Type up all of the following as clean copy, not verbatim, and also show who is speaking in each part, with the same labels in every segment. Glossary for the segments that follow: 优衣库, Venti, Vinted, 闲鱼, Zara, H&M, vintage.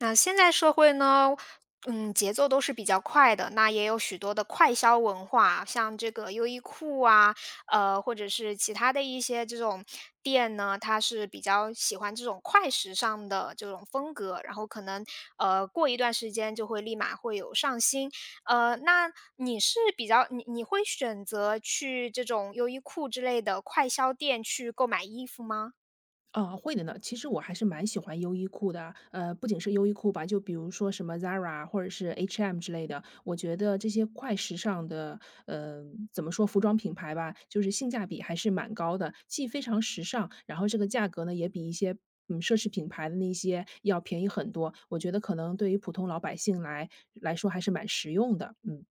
Speaker 1: 那现在社会呢，节奏都是比较快的，那也有许多的快消文化，像这个优衣库啊，或者是其他的一些这种店呢，它是比较喜欢这种快时尚的这种风格，然后可能过一段时间就会立马会有上新。呃，那你是比较你你会选择去这种优衣库之类的快消店去购买衣服吗？
Speaker 2: 啊，会的呢。其实我还是蛮喜欢优衣库的，不仅是优衣库吧，就比如说什么 Zara 或者是 H&M 之类的，我觉得这些快时尚的，呃，怎么说服装品牌吧，就是性价比还是蛮高的，既非常时尚，然后这个价格呢也比一些奢侈品牌的那些要便宜很多，我觉得可能对于普通老百姓来说还是蛮实用的。嗯。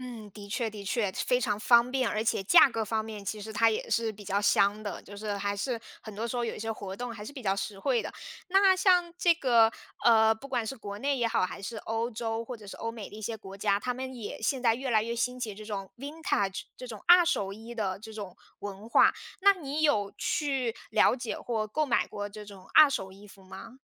Speaker 1: 嗯，的确的确，非常方便，而且价格方面其实它也是比较香的，就是还是很多时候有一些活动还是比较实惠的。那像这个,不管是国内也好，还是欧洲或者是欧美的一些国家，他们也现在越来越兴起这种 vintage 这种二手衣的这种文化。那你有去了解或购买过这种二手衣服吗？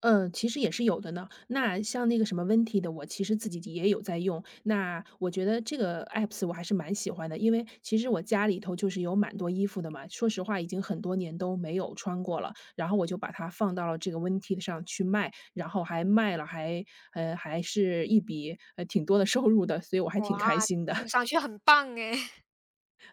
Speaker 2: 嗯，其实也是有的呢。那像那个什么 Venti 的，我其实自己也有在用。那我觉得这个 apps 我还是蛮喜欢的，因为其实我家里头就是有蛮多衣服的嘛，说实话已经很多年都没有穿过了。然后我就把它放到了这个 Venti 上去卖，然后还卖了还是一笔挺多的收入的，所以我还挺开
Speaker 1: 哇，
Speaker 2: 心的。
Speaker 1: 听上去很棒诶。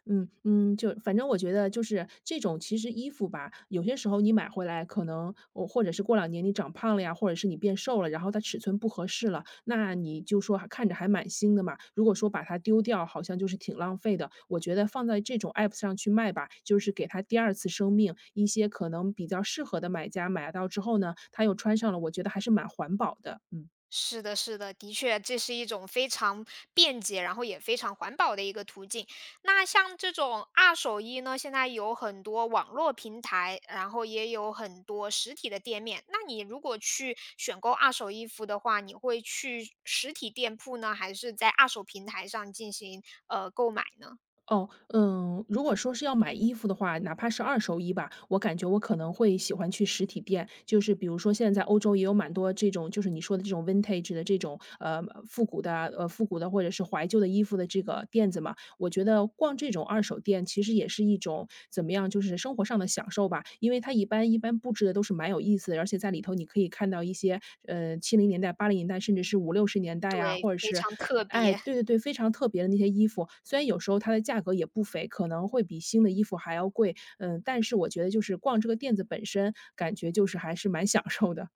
Speaker 2: 嗯嗯，就反正我觉得就是这种其实衣服吧，有些时候你买回来可能我或者是过两年你长胖了呀，或者是你变瘦了，然后它尺寸不合适了，那你就说还看着还蛮新的嘛。如果说把它丢掉，好像就是挺浪费的。我觉得放在这种 app 上去卖吧，就是给它第二次生命。一些可能比较适合的买家买到之后呢，他又穿上了，我觉得还是蛮环保的。嗯。
Speaker 1: 是的，是的，的确，这是一种非常便捷，然后也非常环保的一个途径。那像这种二手衣呢，现在有很多网络平台，然后也有很多实体的店面。那你如果去选购二手衣服的话，你会去实体店铺呢，还是在二手平台上进行购买呢？
Speaker 2: 哦，如果说是要买衣服的话，哪怕是二手衣吧，我感觉我可能会喜欢去实体店。就是比如说，现在在欧洲也有蛮多这种，就是你说的这种 vintage 的这种复古的或者是怀旧的衣服的这个店子嘛。我觉得逛这种二手店其实也是一种怎么样，就是生活上的享受吧。因为它一般布置的都是蛮有意思的，而且在里头你可以看到一些七零年代、八零年代，甚至是五六十年代啊，
Speaker 1: 对，
Speaker 2: 或者
Speaker 1: 非
Speaker 2: 是。
Speaker 1: 常特
Speaker 2: 哎，
Speaker 1: 别。
Speaker 2: 对对对，非常特别的那些衣服，虽然有时候它的价格也不菲，可能会比新的衣服还要贵，但是我觉得就是逛这个店子本身，感觉就是还是蛮享受的。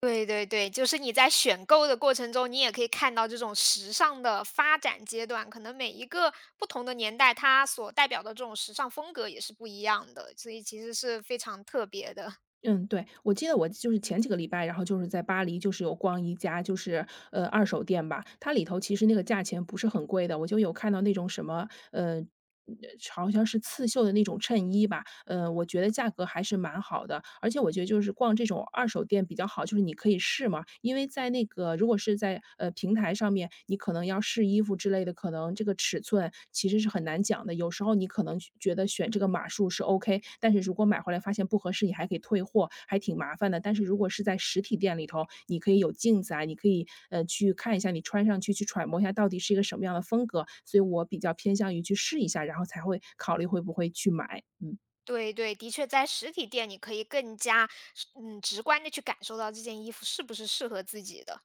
Speaker 1: 对对对，就是你在选购的过程中，你也可以看到这种时尚的发展阶段，可能每一个不同的年代，它所代表的这种时尚风格也是不一样的，所以其实是非常特别的。
Speaker 2: 嗯，对，我记得我就是前几个礼拜，然后就是在巴黎，就是有逛一家就是，二手店吧，它里头其实那个价钱不是很贵的，我就有看到那种什么，呃，嗯好像是刺绣的那种衬衣吧，我觉得价格还是蛮好的，而且我觉得就是逛这种二手店比较好，就是你可以试嘛，因为在那个如果是在，平台上面你可能要试衣服之类的，可能这个尺寸其实是很难讲的。有时候你可能去觉得选这个码数是 OK，但是如果买回来发现不合适，你还可以退货，还挺麻烦的。但是如果是在实体店里头，你可以有镜子啊，你可以去看一下你穿上去，去揣摩一下到底是一个什么样的风格。所以我比较偏向于去试一下，然后才会考虑会不会去买。嗯。
Speaker 1: 对对，的确在实体店，你可以更加直观的去感受到这件衣服是不是适合自己的。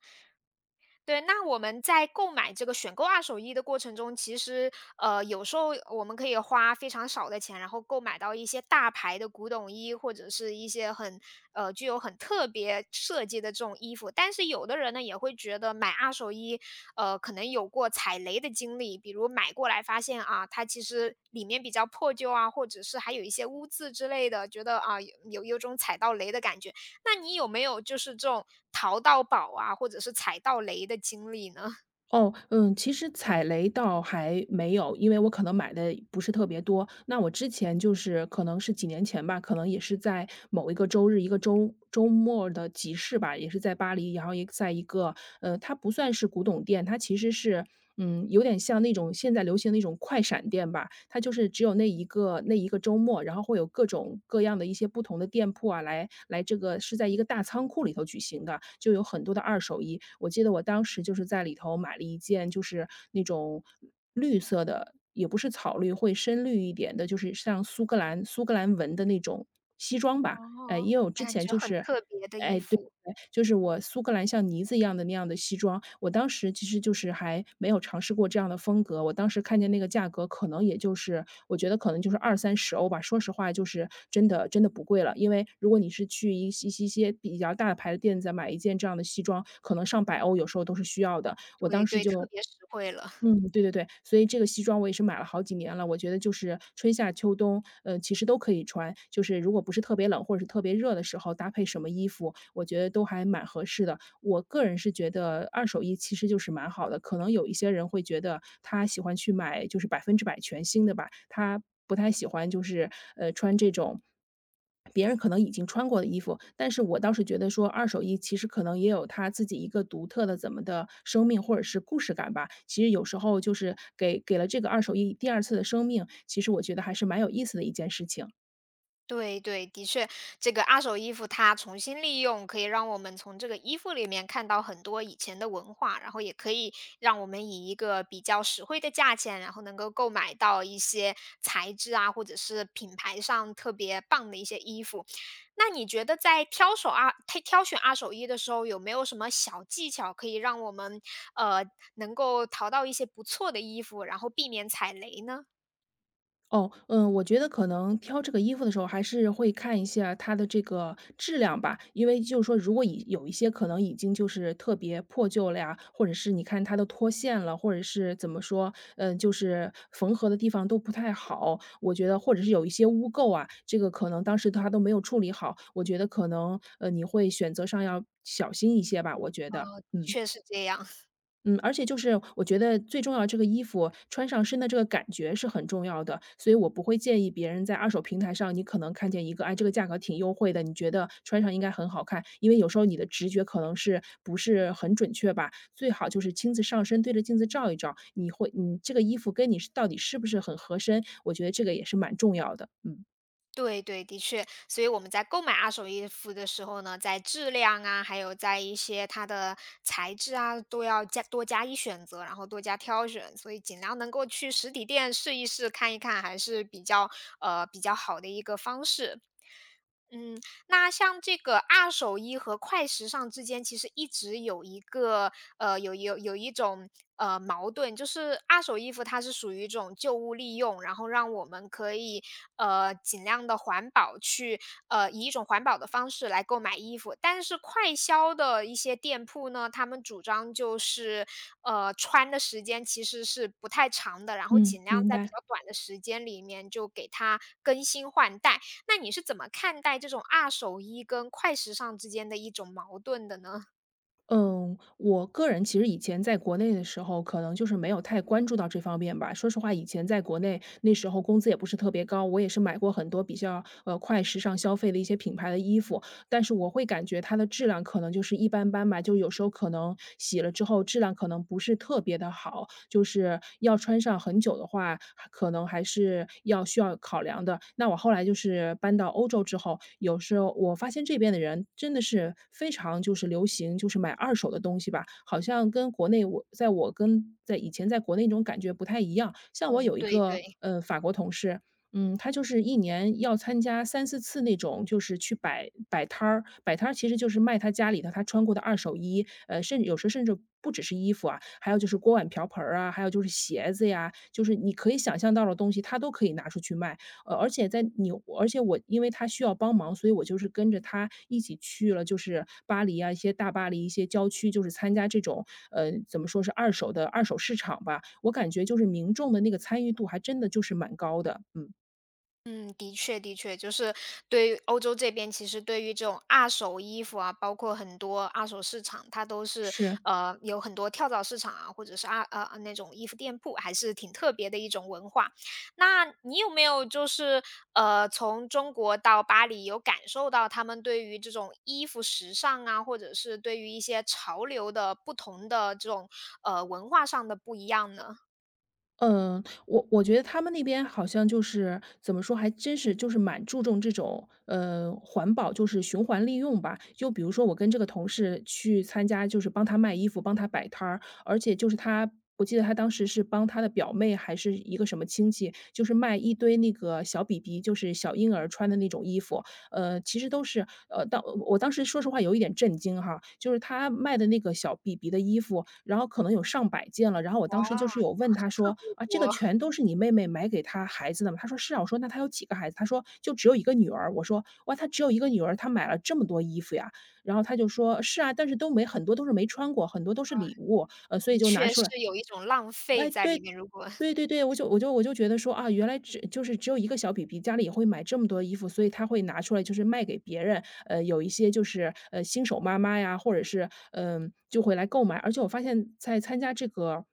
Speaker 1: 对，那我们在购买这个选购二手衣的过程中，其实,有时候我们可以花非常少的钱，然后购买到一些大牌的古董衣，或者是一些很具有很特别设计的这种衣服。但是有的人呢，也会觉得买二手衣，可能有过踩雷的经历，比如买过来发现啊，它其实里面比较破旧啊，或者是还有一些污渍之类的，觉得啊有一种踩到雷的感觉。那你有没有就是这种淘到宝啊，或者是踩到雷的经历呢？
Speaker 2: 哦，其实踩雷倒还没有，因为我可能买的不是特别多。那我之前就是可能是几年前吧，可能也是在某一个周日、一个周周末的集市吧，也是在巴黎，然后也在一个。它不算是古董店，它其实是。有点像那种现在流行的那种快闪店吧，它就是只有那一个周末，然后会有各种各样的一些不同的店铺啊，这个是在一个大仓库里头举行的，就有很多的二手衣。我记得我当时就是在里头买了一件，就是那种绿色的，也不是草绿，会深绿一点的，就是像苏格兰纹的那种西装吧。哎，
Speaker 1: 哦，
Speaker 2: 因为我之
Speaker 1: 感
Speaker 2: 前
Speaker 1: 觉
Speaker 2: 就
Speaker 1: 很
Speaker 2: 是。
Speaker 1: 特别的
Speaker 2: 哎，
Speaker 1: 衣
Speaker 2: 对。
Speaker 1: 服，
Speaker 2: 就是我苏格兰像呢子一样的那样的西装，我当时其实就是还没有尝试过这样的风格。我当时看见那个价格，可能也就是我觉得可能就是二三十欧吧，说实话就是真的真的不贵了。因为如果你是去一些一些比较大的牌的店子买一件这样的西装，可能上百欧有时候都是需要的。我当
Speaker 1: 对
Speaker 2: 时
Speaker 1: 对，特
Speaker 2: 就。
Speaker 1: 别实惠了。
Speaker 2: 嗯，对对对，所以这个西装我也是买了好几年了，我觉得就是春夏秋冬，其实都可以穿，就是如果不是特别冷或者是特别热的时候，搭配什么衣服，我觉得都还蛮合适的。我个人是觉得二手衣其实就是蛮好的，可能有一些人会觉得他喜欢去买就是百分之百全新的吧，他不太喜欢就是穿这种。别人可能已经穿过的衣服，但是我倒是觉得说二手衣其实可能也有它自己一个独特的怎么的生命或者是故事感吧。其实有时候就是给了这个二手衣第二次的生命，其实我觉得还是蛮有意思的一件事情。
Speaker 1: 对对，的确，这个二手衣服它重新利用，可以让我们从这个衣服里面看到很多以前的文化，然后也可以让我们以一个比较实惠的价钱，然后能够购买到一些材质啊，或者是品牌上特别棒的一些衣服。那你觉得在挑选二手衣的时候，有没有什么小技巧可以让我们呃能够淘到一些不错的衣服，然后避免踩雷呢？
Speaker 2: 哦，我觉得可能挑这个衣服的时候还是会看一下它的这个质量吧，因为就是说，如果已有一些可能已经就是特别破旧了呀，或者是你看它都脱线了，或者是怎么说，就是缝合的地方都不太好，我觉得或者是有一些污垢啊，这个可能当时它都没有处理好，我觉得可能你会选择上要小心一些吧，我觉得，
Speaker 1: 呃，的
Speaker 2: 嗯。
Speaker 1: 确是这样。
Speaker 2: 嗯，而且就是我觉得最重要的这个衣服穿上身的这个感觉是很重要的，所以我不会建议别人在二手平台上，你可能看见一个，哎，这个价格挺优惠的，你觉得穿上应该很好看，因为有时候你的直觉可能是不是很准确吧，最好就是亲自上身对着镜子照一照，你会你这个衣服跟你是到底是不是很合身，我觉得这个也是蛮重要的，嗯。
Speaker 1: 对对，的确，所以我们在购买二手衣服的时候呢，在质量啊，还有在一些它的材质啊，都要加多加以选择，然后多加挑选，所以尽量能够去实体店试一试、看一看，还是比较好的一个方式。嗯，那像这个二手衣和快时尚之间，其实一直有一个有一种矛盾，就是二手衣服它是属于一种旧物利用，然后让我们可以尽量的环保以一种环保的方式来购买衣服，但是快销的一些店铺呢，他们主张就是穿的时间其实是不太长的，然后
Speaker 2: 嗯，
Speaker 1: 尽量
Speaker 2: 明
Speaker 1: 在比
Speaker 2: 白。
Speaker 1: 较短的时间里面就给它更新换代。那你是怎么看待这种二手衣跟快时尚之间的一种矛盾的呢？
Speaker 2: 嗯，我个人其实以前在国内的时候，可能就是没有太关注到这方面吧。说实话，以前在国内那时候工资也不是特别高，我也是买过很多比较快时尚消费的一些品牌的衣服，但是我会感觉它的质量可能就是一般般吧，就有时候可能洗了之后质量可能不是特别的好，就是要穿上很久的话，可能还是要需要考量的。那我后来就是搬到欧洲之后，有时候我发现这边的人真的是非常就是流行，就是买二手的东西吧，好像跟国内我跟在以前在国内那种感觉不太一样。像我
Speaker 1: 嗯，
Speaker 2: 有一
Speaker 1: 对
Speaker 2: 个，
Speaker 1: 对。
Speaker 2: 法国同事，嗯，他就是一年要参加三四次那种，就是去摆摆摊儿。摆摊儿其实就是卖他家里头他穿过的二手衣，甚至有时候甚至不只是衣服啊，还有就是锅碗瓢盆儿啊，还有就是鞋子呀，就是你可以想象到的东西，他都可以拿出去卖。呃，而且在你而且我因为他需要帮忙，所以我就是跟着他一起去了，就是巴黎啊，一些大巴黎一些郊区，就是参加这种，怎么说是二手市场吧。我感觉就是民众的那个参与度还真的就是蛮高的，嗯。
Speaker 1: 嗯，的确，的确，就是对于欧洲这边，其实对于这种二手衣服啊，包括很多二手市场，它都是
Speaker 2: 是，
Speaker 1: 呃有很多跳蚤市场啊，或者是那种衣服店铺，还是挺特别的一种文化。那你有没有就是从中国到巴黎，有感受到他们对于这种衣服时尚啊，或者是对于一些潮流的不同的这种文化上的不一样呢？
Speaker 2: 嗯，我觉得他们那边好像就是怎么说，还真是就是蛮注重这种环保，就是循环利用吧。就比如说我跟这个同事去参加，就是帮他卖衣服，帮他摆摊儿，而且就是他。我记得他当时是帮他的表妹还是一个什么亲戚，就是卖一堆那个小 BB，就是小婴儿穿的那种衣服，呃，其实都是呃，当我当时说实话有一点震惊哈，就是他卖的那个小 BB 的衣服，然后可能有上百件了，然后我当时就是
Speaker 1: 哇，
Speaker 2: 有问他 说：“啊，这个
Speaker 1: 多
Speaker 2: 全都是你妹妹买给她孩子的吗？”他说：“是啊。”我说：“那她有几个孩子？”他说：“就只有一个女儿。”我说：“哇，她只有一个女儿，她买了这么多衣服呀？”然后他就说：“是啊，但是都没很多都是没穿过，很多都是礼物，所以
Speaker 1: 的
Speaker 2: 就拿
Speaker 1: 确
Speaker 2: 出
Speaker 1: 是
Speaker 2: 来”
Speaker 1: 有一种浪费
Speaker 2: 哎，
Speaker 1: 在
Speaker 2: 对，
Speaker 1: 里面，如果
Speaker 2: 对对对，我就觉得说啊，原来就是只有一个小 BB，家里也会买这么多衣服，所以他会拿出来就是卖给别人。有一些就是新手妈妈呀，或者是嗯、就会来购买。而且我发现，在参加这个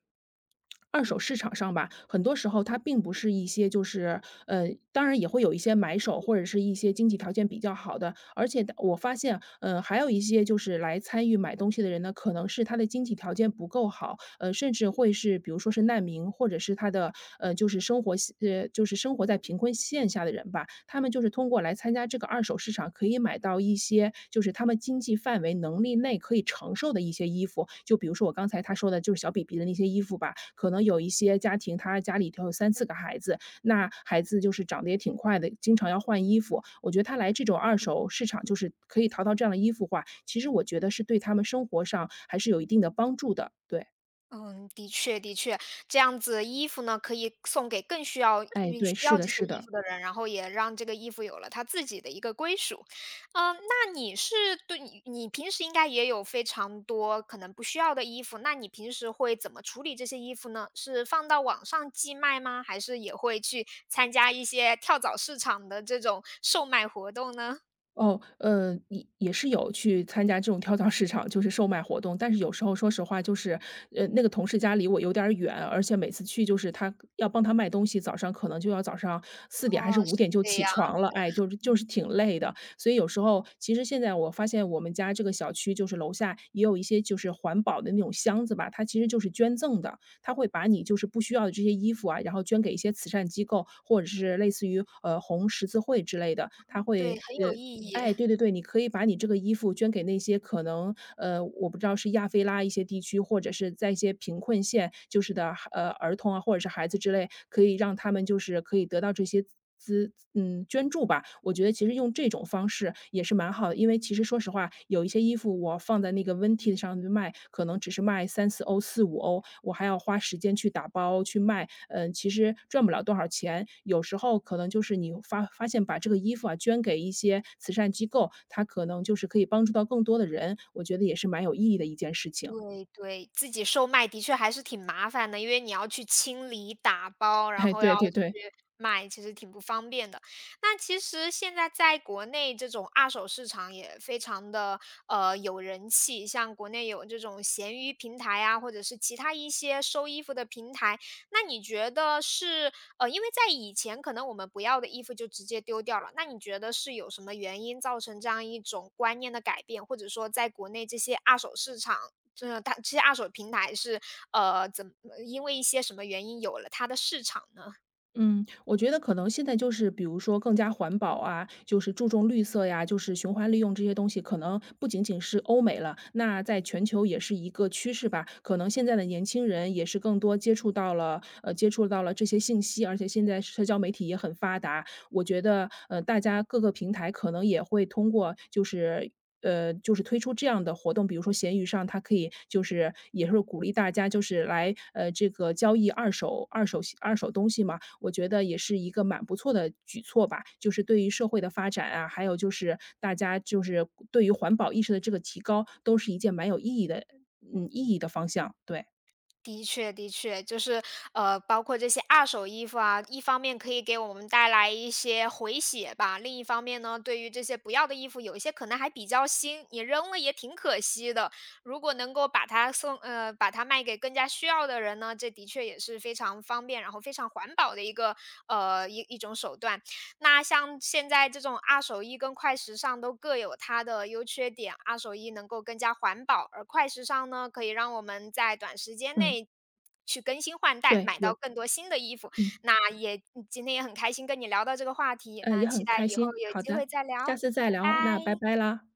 Speaker 2: 二手市场上吧，很多时候它并不是一些就是当然也会有一些买手或者是一些经济条件比较好的，而且我发现，还有一些就是来参与买东西的人呢，可能是他的经济条件不够好，甚至会是比如说是难民，或者是他的呃，就是生活系呃，就是生活在贫困线下的人吧。他们就是通过来参加这个二手市场，可以买到一些就是他们经济范围能力内可以承受的一些衣服。就比如说我刚才他说的，就是小 b a b 的那些衣服吧，可能有一些家庭他家里头有三四个孩子，那孩子就是长得也挺快的，经常要换衣服。我觉得他来这种二手市场，就是可以淘到这样的衣服话，其实我觉得是对他们生活上还是有一定的帮助的，对。
Speaker 1: 嗯，的确的确，这样子衣服呢，可以送给更需要
Speaker 2: 哎，
Speaker 1: 嗯，需
Speaker 2: 对，是
Speaker 1: 要
Speaker 2: 的
Speaker 1: 这些
Speaker 2: 是
Speaker 1: 衣
Speaker 2: 的。
Speaker 1: 服的人，然后也让这个衣服有了它自己的一个归属。嗯，那你是对你平时应该也有非常多可能不需要的衣服，那你平时会怎么处理这些衣服呢？是放到网上寄卖吗？还是也会去参加一些跳蚤市场的这种售卖活动呢？
Speaker 2: 哦，也是有去参加这种跳蚤市场，就是售卖活动，但是有时候说实话，就是，那个同事家离我有点儿远，而且每次去就是他要帮他卖东西，早上可能就要早上4点还是
Speaker 1: 哦，是
Speaker 2: 5点就
Speaker 1: 这
Speaker 2: 起
Speaker 1: 样，
Speaker 2: 床了，哎，就是挺累的。所以有时候其实现在我发现我们家这个小区就是楼下也有一些就是环保的那种箱子吧，它其实就是捐赠的，他会把你就是不需要的这些衣服啊，然后捐给一些慈善机构，或者是类似于，红十字会之类的，他
Speaker 1: 对，
Speaker 2: 会，
Speaker 1: 很有意义。
Speaker 2: 哎，对对对，你可以把你这个衣服捐给那些可能，我不知道是亚非拉一些地区，或者是在一些贫困县，就是的，儿童啊，或者是孩子之类，可以让他们就是可以得到这些捐助吧。我觉得其实用这种方式也是蛮好的，因为其实说实话，有一些衣服我放在那个 Vinted 上去卖，可能只是卖三四欧、四五欧，我还要花时间去打包去卖，嗯，其实赚不了多少钱。有时候可能就是你发现把这个衣服啊，捐给一些慈善机构，它可能就是可以帮助到更多的人，我觉得也是蛮有意义的一件事情。
Speaker 1: 对对，自己售卖的确还是挺麻烦的，因为你要去清理、打包，然
Speaker 2: 哎，
Speaker 1: 后
Speaker 2: 对
Speaker 1: 要
Speaker 2: 对对。
Speaker 1: 去卖，其实挺不方便的。那其实现在在国内这种二手市场也非常有人气，像国内有这种闲鱼平台啊，或者是其他一些收衣服的平台。那你觉得因为在以前可能我们不要的衣服就直接丢掉了，那你觉得是有什么原因造成这样一种观念的改变，或者说在国内这些二手市场？真的，它这些二手平台是，呃，怎么因为一些什么原因有了它的市场呢？
Speaker 2: 嗯，我觉得可能现在就是比如说更加环保啊，就是注重绿色呀，就是循环利用这些东西，可能不仅仅是欧美了，那在全球也是一个趋势吧。可能现在的年轻人也是更多接触到了这些信息，而且现在社交媒体也很发达，我觉得，大家各个平台可能也会通过就是就是推出这样的活动，比如说闲鱼上，它可以就是也是鼓励大家就是来这个交易二手东西嘛，我觉得也是一个蛮不错的举措吧。就是对于社会的发展啊，还有就是大家就是对于环保意识的这个提高，都是一件蛮有意义的，意义的方向。对，
Speaker 1: 的确，的确，就是,包括这些二手衣服啊，一方面可以给我们带来一些回血吧，另一方面呢，对于这些不要的衣服，有一些可能还比较新，你扔了也挺可惜的。如果能够把它送，把它卖给更加需要的人呢，这的确也是非常方便，然后非常环保的一个，一种手段。那像现在这种二手衣跟快时尚都各有它的优缺点，二手衣能够更加环保，而快时尚呢，可以让我们在短时间
Speaker 2: 嗯，
Speaker 1: 内去更新换代，
Speaker 2: 对，
Speaker 1: 买到
Speaker 2: 有，
Speaker 1: 更多新的衣服。
Speaker 2: 嗯，
Speaker 1: 那也嗯今天也很开心跟你聊到这个话题，那
Speaker 2: 也
Speaker 1: 期
Speaker 2: 很
Speaker 1: 待
Speaker 2: 开
Speaker 1: 以后
Speaker 2: 心。
Speaker 1: 有
Speaker 2: 好
Speaker 1: 机
Speaker 2: 的，
Speaker 1: 会再聊，
Speaker 2: 下次再
Speaker 1: 拜
Speaker 2: 聊，那拜
Speaker 1: 拜。
Speaker 2: 拜啦。